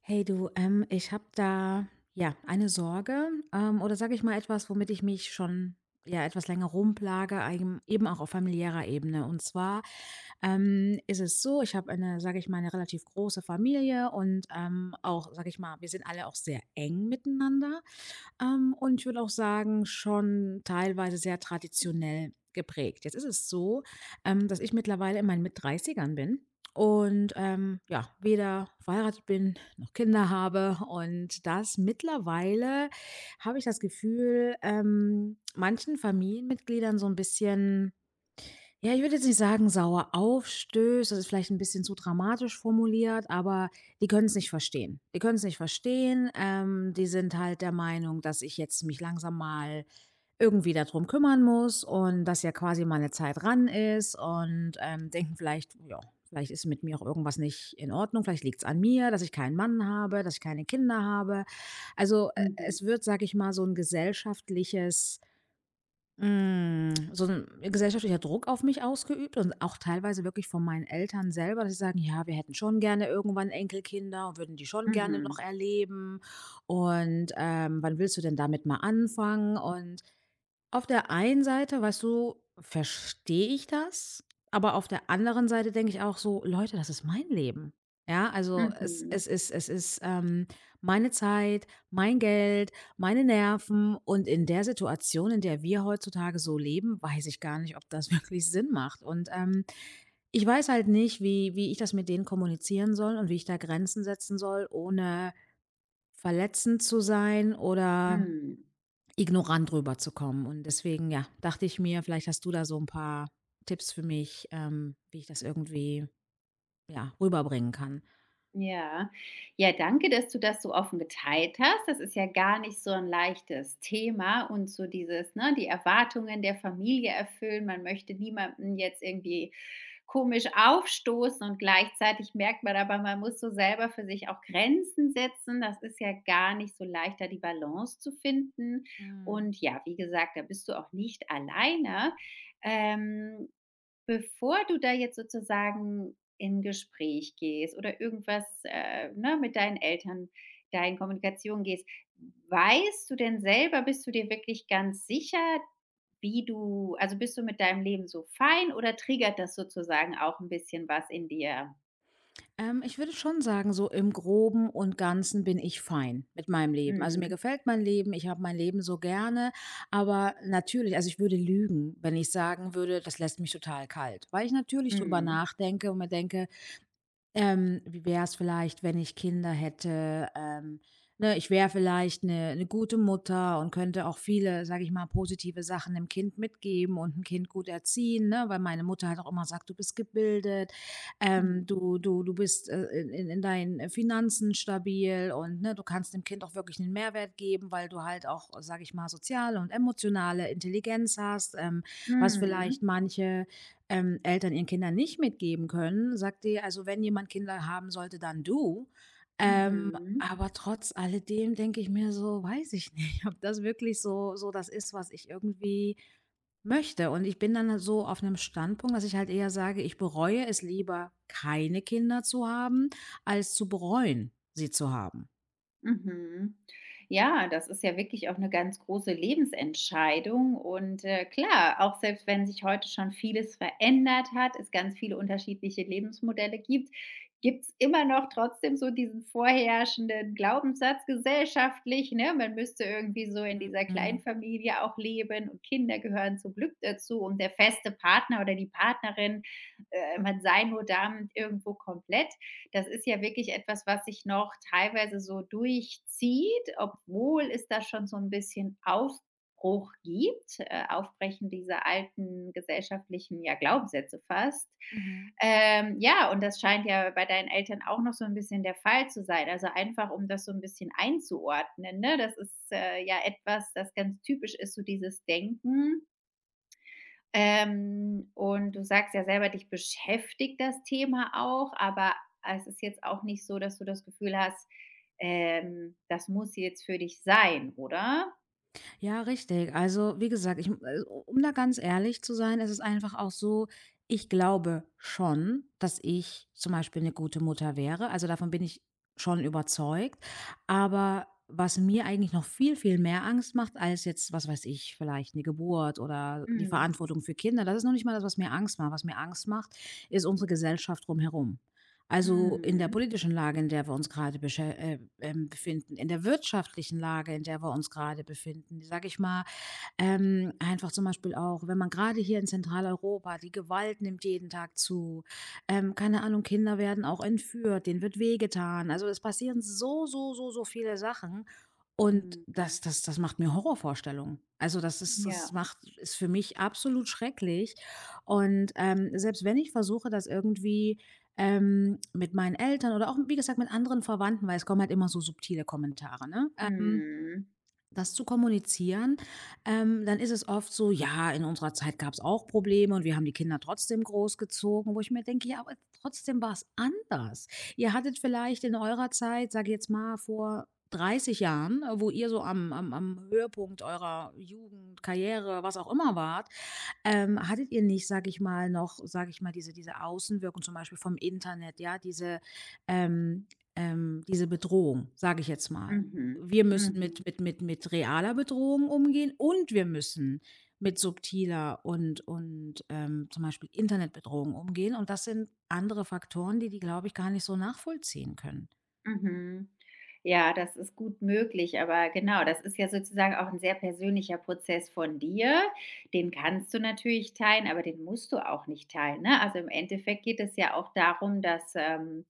Hey du, ich habe da ja eine Sorge, oder sage ich mal etwas, womit ich mich schon ja etwas länger rumplage, eben auch auf familiärer Ebene. Und zwar ist es so, ich habe eine, sage ich mal, eine relativ große Familie und, auch, sage ich mal, wir sind alle auch sehr eng miteinander. Und ich würde auch sagen, schon teilweise sehr traditionell geprägt. Jetzt ist es so, dass ich mittlerweile in meinen mit 30 bin und, ja, weder verheiratet bin noch Kinder habe, und das mittlerweile habe ich das Gefühl, manchen Familienmitgliedern so ein bisschen, ja, ich würde jetzt nicht sagen, sauer aufstößt. Das ist vielleicht ein bisschen zu dramatisch formuliert, aber die können es nicht verstehen. Die können es nicht verstehen. Die sind halt der Meinung, dass ich jetzt mich langsam mal irgendwie darum kümmern muss und dass ja quasi meine Zeit ran ist, und, denken vielleicht, ja, vielleicht ist mit mir auch irgendwas nicht in Ordnung. Vielleicht liegt's an mir, dass ich keinen Mann habe, dass ich keine Kinder habe. Also, Mhm. es wird, sage ich mal, so ein gesellschaftliches so 'n gesellschaftlicher Druck auf mich ausgeübt, und auch teilweise wirklich von meinen Eltern selber, dass sie sagen: „Ja, wir hätten schon gerne irgendwann Enkelkinder und würden die schon gerne noch Mhm. erleben, und, wann willst du denn damit mal anfangen?“ Und auf der einen Seite, weißt du, verstehe ich das, aber auf der anderen Seite denke ich auch so: „Leute, das ist mein Leben.“ Ja, also, es Mhm. es ist es ist, ähm, meine Zeit, mein Geld, meine Nerven, und in der Situation, in der wir heutzutage so leben, weiß ich gar nicht, ob das wirklich Sinn macht. Und, ich weiß halt nicht, wie ich das mit denen kommunizieren soll und wie ich da Grenzen setzen soll, ohne verletzend zu sein oder Mhm. ignorant rüberzukommen. Und deswegen, ja, dachte ich mir, vielleicht hast du da so ein paar Tipps für mich, wie ich das irgendwie, ja, rüberbringen kann. Ja. Ja, danke, dass du das so offen geteilt hast. Das ist ja gar nicht so ein leichtes Thema und so dieses, ne, die Erwartungen der Familie erfüllen. Man möchte niemanden jetzt irgendwie komisch aufstoßen und gleichzeitig merkt man aber, man muss so selber für sich auch Grenzen setzen. Das ist ja gar nicht so leicht, da die Balance zu finden. Mhm. Und ja, wie gesagt, da bist du auch nicht alleine. Ähm, Bevor du da jetzt sozusagen in Gespräch gehst oder irgendwas, ne, mit deinen Eltern da in Kommunikation gehst, weißt du denn selber, bist du dir wirklich ganz sicher, wie du, also, bist du mit deinem Leben so fein oder triggert das sozusagen auch ein bisschen was in dir? Ich würde schon sagen, so im Groben und Ganzen bin ich fein mit meinem Leben. Also, mir Mhm. gefällt mein Leben, ich habe mein Leben so gerne, aber natürlich, also, ich würde lügen, wenn ich sagen würde, das lässt mich total kalt, weil ich natürlich drüber Mhm. nachdenke und mir denke: Wie wäre es vielleicht, wenn ich Kinder hätte? Ne, ich wäre vielleicht eine 'ne 'ne gute Mutter und könnte auch viele, sage ich mal, positive Sachen dem Kind mitgeben und ein Kind gut erziehen, ne, weil meine Mutter halt auch immer sagt: „Du bist gebildet, Mhm. Du bist, in deinen Finanzen stabil, und, ne, du kannst dem Kind auch wirklich einen Mehrwert geben, weil du halt auch, sage ich mal, soziale und emotionale Intelligenz hast“, was vielleicht Mhm. manche, Eltern ihren Kindern nicht mitgeben können, sagt die: „Also, wenn jemand Kinder haben sollte, dann du.“ Ähm, Mhm. aber trotz alledem denke ich mir so: „Weiß ich nicht, ob das wirklich so das ist, was ich irgendwie möchte.“ Und ich bin dann so auf einem Standpunkt, dass ich halt eher sage, ich bereue es lieber, keine Kinder zu haben, als zu bereuen, sie zu haben. Mhm. Ja, das ist ja wirklich auch eine ganz große Lebensentscheidung und, klar, auch selbst wenn sich heute schon vieles verändert hat, es ganz viele unterschiedliche Lebensmodelle gibt, gibt's immer noch trotzdem so diesen vorherrschenden Glaubenssatz gesellschaftlich, ne? Man müsste irgendwie so in dieser Mhm, Kleinfamilie auch leben und Kinder gehören zum Glück dazu und der feste Partner oder die Partnerin, man sei nur damit irgendwo komplett. Das ist ja wirklich etwas, was sich noch teilweise so durchzieht, obwohl es da schon so ein bisschen Aufbruch gibt, Aufbrechen dieser alten gesellschaftlichen, ja, Glaubenssätze fast. mhm. Ja, und das scheint ja bei deinen Eltern auch noch so ein bisschen der Fall zu sein. Also, einfach, um das so ein bisschen einzuordnen, ne? Das ist, ja etwas, das ganz typisch ist, so dieses Denken, und du sagst ja selber, dich beschäftigt das Thema auch, aber es ist jetzt auch nicht so, dass du das Gefühl hast, das muss jetzt für dich sein, oder? Ja, richtig. Also, wie gesagt, ich, um da ganz ehrlich zu sein, ist es einfach auch so, ich glaube schon, dass ich zum Beispiel eine gute Mutter wäre. Also davon bin ich schon überzeugt. Aber was mir eigentlich noch viel, viel mehr Angst macht, als jetzt, was weiß ich, vielleicht eine Geburt oder die Mhm. Verantwortung für Kinder, das ist noch nicht mal das, was mir Angst macht. Was mir Angst macht, ist unsere Gesellschaft drumherum. Also, in der Mhm. politischen Lage, in der wir uns gerade beschä befinden, in der wirtschaftlichen Lage, in der wir uns gerade befinden, sage ich mal, einfach zum Beispiel auch, wenn man gerade hier in Zentraleuropa die Gewalt nimmt jeden Tag zu. Keine Ahnung, Kinder werden auch entführt, denen wird wehgetan. Also, es passieren so, so, so, so viele Sachen, und das Mhm. das das macht mir Horrorvorstellungen. Also, das ist, das Ja. macht, ist für mich absolut schrecklich. Und, selbst wenn ich versuche, das irgendwie, mit meinen Eltern oder auch, wie gesagt, mit anderen Verwandten, weil es kommen halt immer so subtile Kommentare, ne? Ähm Mhm. das zu kommunizieren, dann ist es oft so: „Ja, in unserer Zeit gab es auch Probleme und wir haben die Kinder trotzdem großgezogen“, wo ich mir denke: „Ja, aber trotzdem war es anders. Ihr hattet vielleicht in eurer Zeit, sage ich jetzt mal, vor 30 Jahren, wo ihr so am Höhepunkt eurer Jugend, Karriere, was auch immer wart, hattet ihr nicht, sage ich mal, noch, sage ich mal, diese Außenwirkung zum Beispiel vom Internet, ja, diese, ähm diese Bedrohung, sage ich jetzt mal. Mhm. Wir müssen Mhm. mit realer Bedrohung umgehen und wir müssen mit subtiler und, zum Beispiel Internetbedrohung umgehen. Und das sind andere Faktoren, die glaube ich, gar nicht so nachvollziehen können.“ Mhm. Ja, das ist gut möglich, aber genau, das ist ja sozusagen auch ein sehr persönlicher Prozess von dir. Den kannst du natürlich teilen, aber den musst du auch nicht teilen, ne? Also, im Endeffekt geht es ja auch darum, dass,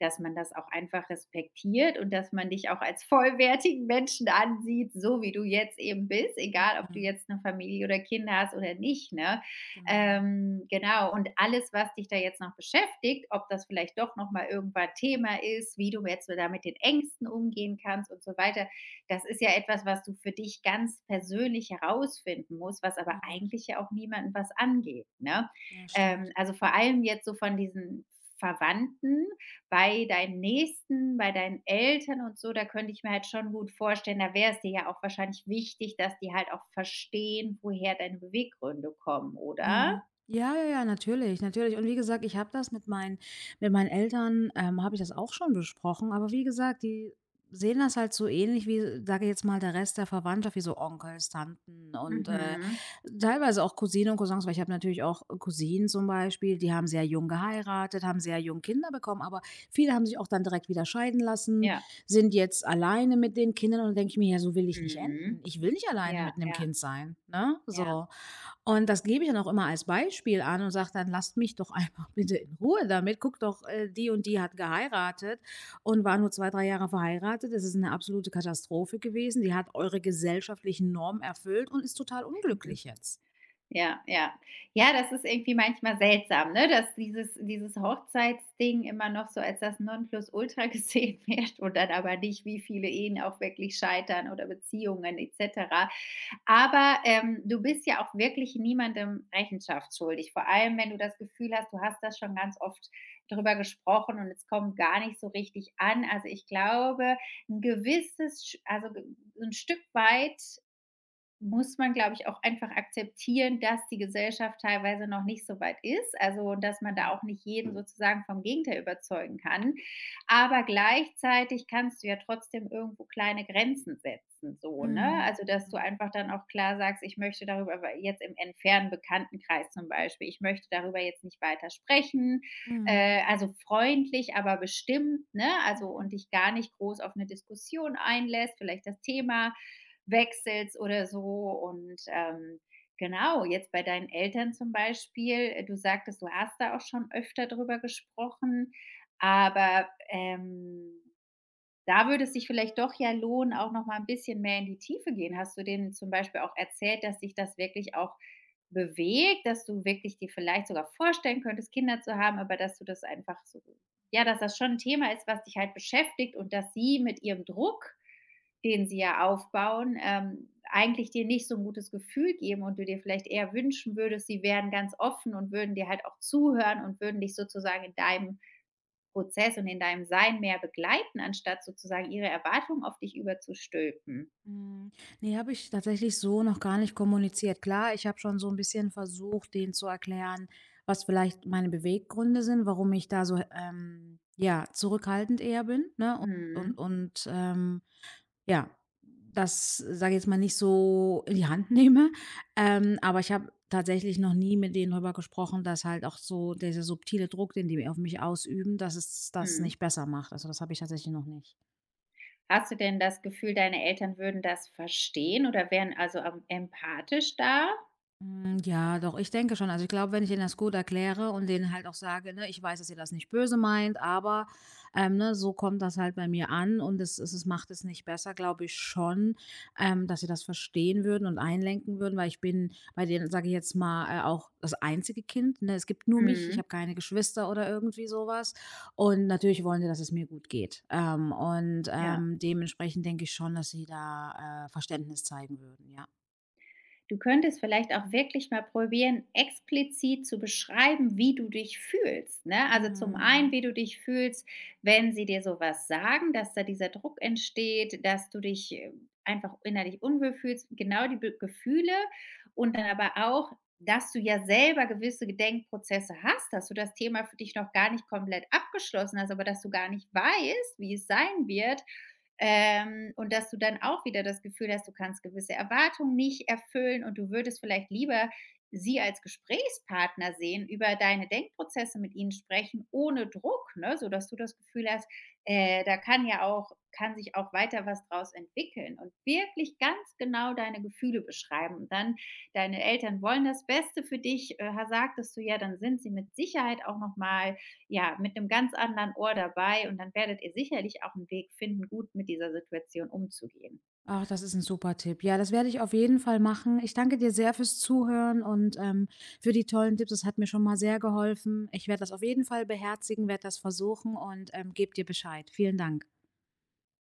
dass man das auch einfach respektiert und dass man dich auch als vollwertigen Menschen ansieht, so wie du jetzt eben bist, egal ob du Mhm. jetzt eine Familie oder Kinder hast oder nicht. Ne? Genau. Genau, und alles, was dich da jetzt noch beschäftigt, ob das vielleicht doch nochmal irgendwann Thema ist, wie du jetzt da mit den Ängsten umgehen kannst und so weiter, das ist ja etwas, was du für dich ganz persönlich herausfinden musst, was aber Mhm. eigentlich ja auch niemandem was angeht. Ne? Ja, stimmt. Also vor allem jetzt so von diesen Verwandten, bei deinen Nächsten, bei deinen Eltern und so, da könnte ich mir halt schon gut vorstellen, da wär's dir ja auch wahrscheinlich wichtig, dass die halt auch verstehen, woher deine Beweggründe kommen, oder? Mhm. Ja, ja, ja, natürlich, natürlich. Und wie gesagt, ich habe das mit meinen Eltern, habe ich das auch schon besprochen, aber wie gesagt, die sehen das halt so ähnlich wie, sage ich jetzt mal, der Rest der Verwandtschaft, wie so Onkels, Tanten und, Mhm. teilweise auch Cousinen und Cousins, weil ich habe natürlich auch Cousinen zum Beispiel, die haben sehr jung geheiratet, haben sehr jung Kinder bekommen, aber viele haben sich auch dann direkt wieder scheiden lassen, Ja. sind jetzt alleine mit den Kindern, und denke ich mir: „Ja, so will ich nicht enden. Mhm. Ich will nicht alleine Ja, mit einem ja, Kind sein“, ne? ja. So. Und das gebe ich dann auch immer als Beispiel an und sage dann: „Lasst mich doch einfach bitte in Ruhe damit. Guckt doch, die und die hat geheiratet und war nur 2 3 Jahre verheiratet. Das ist eine absolute Katastrophe gewesen. Die hat eure gesellschaftlichen Normen erfüllt und ist total Mhm. unglücklich jetzt.“ Ja, ja. Ja, das ist irgendwie manchmal seltsam, ne, dass dieses Hochzeitsding immer noch so als das Nonplusultra gesehen wird und dann aber nicht, wie viele Ehen auch wirklich scheitern oder Beziehungen et cetera. Aber du bist ja auch wirklich niemandem Rechenschaft schuldig. Vor allem, wenn du das Gefühl hast, du hast das schon ganz oft drüber gesprochen und es kommt gar nicht so richtig an. Also ich glaube, ein gewisses, so ein Stück weit muss man, glaube ich, auch einfach akzeptieren, dass die Gesellschaft teilweise noch nicht so weit ist, also, dass man da Mhm. auch nicht jeden Mhm. sozusagen vom Gegenteil überzeugen kann. Aber gleichzeitig kannst du ja trotzdem irgendwo kleine Grenzen setzen, so, ne? Mhm. Also, dass du Mhm. einfach dann auch klar sagst: „Ich möchte darüber aber jetzt im entfernten Bekanntenkreis zum Beispiel, ich möchte darüber jetzt nicht weiter sprechen.“ Mhm. Also, freundlich, aber bestimmt, ne? Also, Mhm. und dich gar nicht groß auf eine Diskussion einlässt, vielleicht das Thema wechselst oder so. Und genau, jetzt bei deinen Eltern zum Beispiel, du sagtest, du hast da auch schon öfter drüber gesprochen, aber da würde es sich vielleicht doch ja lohnen, auch noch mal ein bisschen mehr in die Tiefe gehen. Hast du denen zum Beispiel auch erzählt, dass dich das wirklich auch bewegt, dass du wirklich dir vielleicht sogar vorstellen könntest, Kinder zu haben, aber dass du das einfach so, ja, dass das schon ein Thema ist, was dich halt beschäftigt und dass sie mit ihrem Druck, den sie ja aufbauen, eigentlich dir nicht so ein gutes Gefühl geben und du dir vielleicht eher wünschen würdest, sie wären ganz offen und würden dir halt auch zuhören und würden dich sozusagen in deinem Prozess und in deinem Sein mehr begleiten, anstatt sozusagen ihre Erwartungen auf dich überzustülpen. Hm, ne, habe ich tatsächlich so noch gar nicht kommuniziert. Klar, ich habe schon so ein bisschen versucht, denen zu erklären, was vielleicht meine Beweggründe sind, warum ich da so, ja, zurückhaltend eher bin, ne? Und und, Mhm, und ähm, ja, das, sage ich jetzt mal, nicht so in die Hand nehme. Aber ich habe tatsächlich noch nie mit denen darüber gesprochen, dass halt auch so dieser subtile Druck, den die auf mich ausüben, dass es das mhm. nicht besser macht. Also, das habe ich tatsächlich noch nicht. Hast du denn das Gefühl, deine Eltern würden das verstehen oder wären also am empathisch da? Hm, ja, doch, ich denke schon. Also, ich glaube, wenn ich denen das gut erkläre und denen halt auch sage, ne: „Ich weiß, dass ihr das nicht böse meint, aber, ne, so kommt das halt bei mir an und es macht es nicht besser“, glaube ich schon, dass sie das verstehen würden und einlenken würden, weil ich bin bei denen, sage ich jetzt mal, auch das einzige Kind, ne? Es gibt nur mich, ich Mhm, habe keine Geschwister oder irgendwie sowas. Und natürlich wollen die, dass es mir gut geht. Ja. Dementsprechend denke ich schon, dass sie da, Verständnis zeigen würden, ja. Du könntest vielleicht auch wirklich mal probieren, explizit zu beschreiben, wie du dich fühlst. Ne? Also zum einen, Mhm. wie du dich fühlst, wenn sie dir sowas sagen, dass da dieser Druck entsteht, dass du dich einfach innerlich unwohl fühlst, genau die Be Gefühle, und dann aber auch, dass du ja selber gewisse Gedenkprozesse hast, dass du das Thema für dich noch gar nicht komplett abgeschlossen hast, aber dass du gar nicht weißt, wie es sein wird, und dass du dann auch wieder das Gefühl hast, du kannst gewisse Erwartungen nicht erfüllen und du würdest vielleicht lieber sie als Gesprächspartner sehen, über deine Denkprozesse mit ihnen sprechen, ohne Druck, ne? Sodass du das Gefühl hast, da kann ja auch, kann sich auch weiter was draus entwickeln und wirklich ganz genau deine Gefühle beschreiben. Und dann, deine Eltern wollen das Beste für dich, sagtest du ja, dann sind sie mit Sicherheit auch nochmal, ja, mit einem ganz anderen Ohr dabei und dann werdet ihr sicherlich auch einen Weg finden, gut mit dieser Situation umzugehen. Ach, das ist ein super Tipp. Ja, das werde ich auf jeden Fall machen. Ich danke dir sehr fürs Zuhören und, für die tollen Tipps. Das hat mir schon mal sehr geholfen. Ich werde das auf jeden Fall beherzigen, werde das versuchen und, gebe dir Bescheid. Vielen Dank.